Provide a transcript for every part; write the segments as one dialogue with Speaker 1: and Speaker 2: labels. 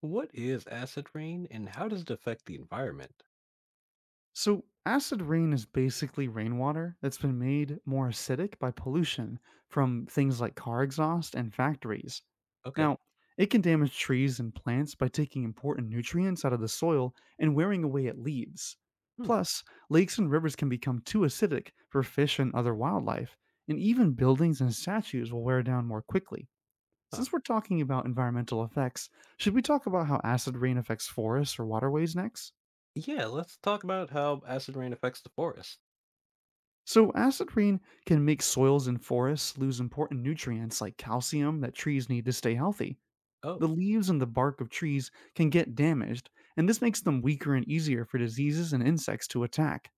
Speaker 1: What is acid rain and how does it affect the environment?
Speaker 2: So, acid rain is basically rainwater that's been made more acidic by pollution from things like car exhaust and factories.
Speaker 1: Okay.
Speaker 2: Now, it can damage trees and plants by taking important nutrients out of the soil and wearing away at leaves.
Speaker 1: Hmm.
Speaker 2: Plus, lakes and rivers can become too acidic for fish and other wildlife, and even buildings and statues will wear down more quickly.
Speaker 1: Huh.
Speaker 2: Since we're talking about environmental effects, should we talk about how acid rain affects forests or waterways next?
Speaker 1: Yeah, let's talk about how acid rain affects the forest.
Speaker 2: So, acid rain can make soils and forests lose important nutrients like calcium that trees need to stay healthy.
Speaker 1: Oh,
Speaker 2: The leaves and the bark of trees can get damaged, and this makes them weaker and easier for diseases and insects to attack.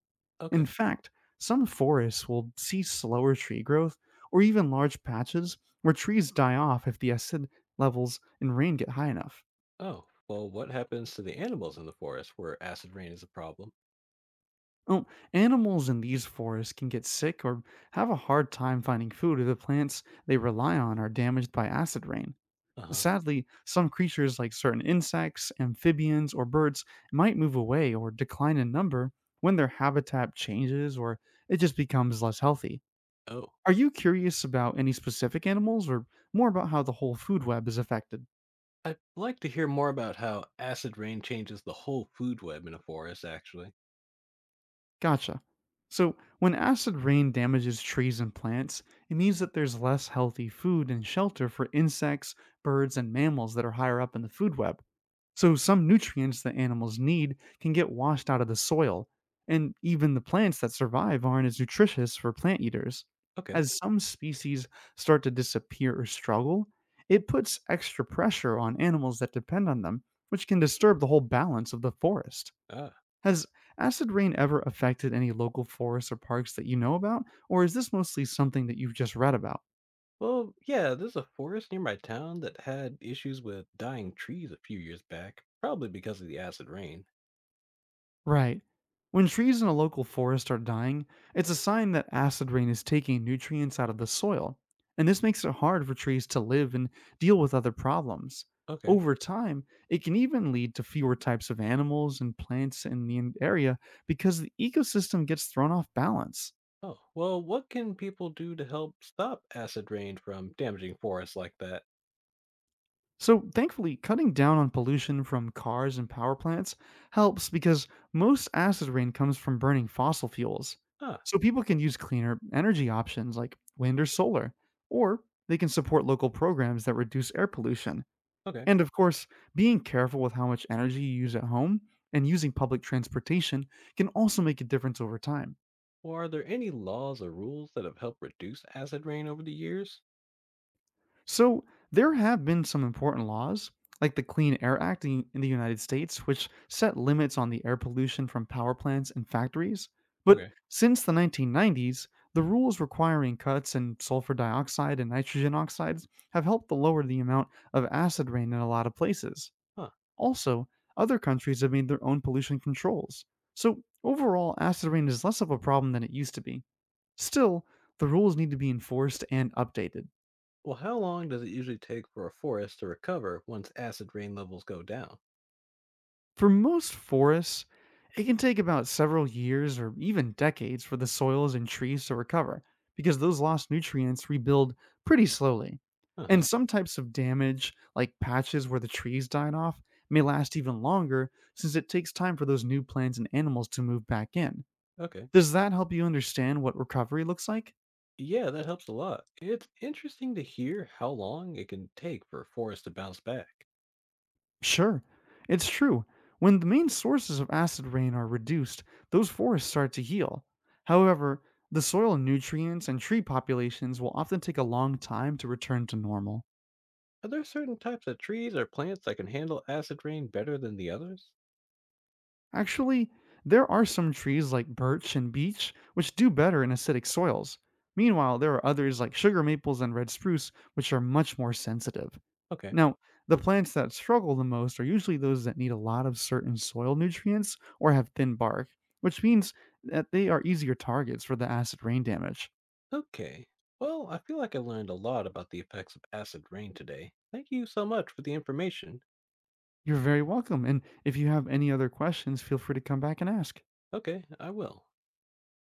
Speaker 2: In
Speaker 1: okay.
Speaker 2: fact, some forests will see slower tree growth or even large patches where trees die off if the acid levels in rain get high enough.
Speaker 1: Oh, well, what happens to the animals in the forest where acid rain is a problem?
Speaker 2: Oh, animals in these forests can get sick or have a hard time finding food if the plants they rely on are damaged by acid rain.
Speaker 1: Uh huh.
Speaker 2: Sadly, some creatures like certain insects, amphibians, or birds might move away or decline in number when their habitat changes or it just becomes less healthy.
Speaker 1: Oh.
Speaker 2: Are you curious about any specific animals or more about how the whole food web is affected?
Speaker 1: I'd like to hear more about how acid rain changes the whole food web in a forest, actually.
Speaker 2: Gotcha. So, when acid rain damages trees and plants, it means that there's less healthy food and shelter for insects, birds, and mammals that are higher up in the food web. So, some nutrients that animals need can get washed out of the soil, and even the plants that survive aren't as nutritious for plant eaters.
Speaker 1: Okay.
Speaker 2: As some species start to disappear or struggle, it puts extra pressure on animals that depend on them, which can disturb the whole balance of the forest.
Speaker 1: Ah.
Speaker 2: Has acid rain ever affected any local forests or parks that you know about, or is this mostly something that you've just read about?
Speaker 1: Well, yeah, there's a forest near my town that had issues with dying trees a few years back, probably because of the acid rain.
Speaker 2: Right. When trees in a local forest are dying, it's a sign that acid rain is taking nutrients out of the soil, and this makes it hard for trees to live and deal with other problems.
Speaker 1: Okay.
Speaker 2: Over time, it can even lead to fewer types of animals and plants in the area because the ecosystem gets thrown off balance.
Speaker 1: Oh, well, what can people do to help stop acid rain from damaging forests like that?
Speaker 2: So, thankfully, cutting down on pollution from cars and power plants helps because most acid rain comes from burning fossil fuels.
Speaker 1: Ah,
Speaker 2: So, people can use cleaner energy options like wind or solar, or they can support local programs that reduce air pollution.
Speaker 1: okay.
Speaker 2: And of course, being careful with how much energy you use at home and using public transportation can also make a difference over time.
Speaker 1: Well, are there any laws or rules that have helped reduce acid rain over the years?
Speaker 2: So there have been some important laws, like the Clean Air Act in the United States, which set limits on the air pollution from power plants and factories. But
Speaker 1: Okay.
Speaker 2: since the 1990s, the rules requiring cuts in sulfur dioxide and nitrogen oxides have helped to lower the amount of acid rain in a lot of places.
Speaker 1: Huh.
Speaker 2: Also, other countries have made their own pollution controls. So overall, acid rain is less of a problem than it used to be. Still, the rules need to be enforced and updated.
Speaker 1: Well, how long does it usually take for a forest to recover once acid rain levels go down?
Speaker 2: For most forests, it can take about several years or even decades for the soils and trees to recover because those lost nutrients rebuild pretty slowly.
Speaker 1: Uh
Speaker 2: And
Speaker 1: huh.
Speaker 2: some types of damage, like patches where the trees died off, may last even longer since it takes time for those new plants and animals to move back in.
Speaker 1: Okay.
Speaker 2: Does that help you understand what recovery looks like?
Speaker 1: Yeah, that helps a lot. It's interesting to hear how long it can take for a forest to bounce back.
Speaker 2: Sure, it's true. When the main sources of acid rain are reduced, those forests start to heal. However, the soil nutrients and tree populations will often take a long time to return to normal.
Speaker 1: Are there certain types of trees or plants that can handle acid rain better than the others?
Speaker 2: Actually, there are some trees like birch and beech which do better in acidic soils. Meanwhile, there are others like sugar maples and red spruce which are much more sensitive.
Speaker 1: Okay.
Speaker 2: Now, the plants that struggle the most are usually those that need a lot of certain soil nutrients or have thin bark, which means that they are easier targets for the acid rain damage.
Speaker 1: Okay. Well, I feel like I learned a lot about the effects of acid rain today. Thank you so much for the information.
Speaker 2: You're very welcome, and if you have any other questions, feel free to come back and ask.
Speaker 1: Okay, I will.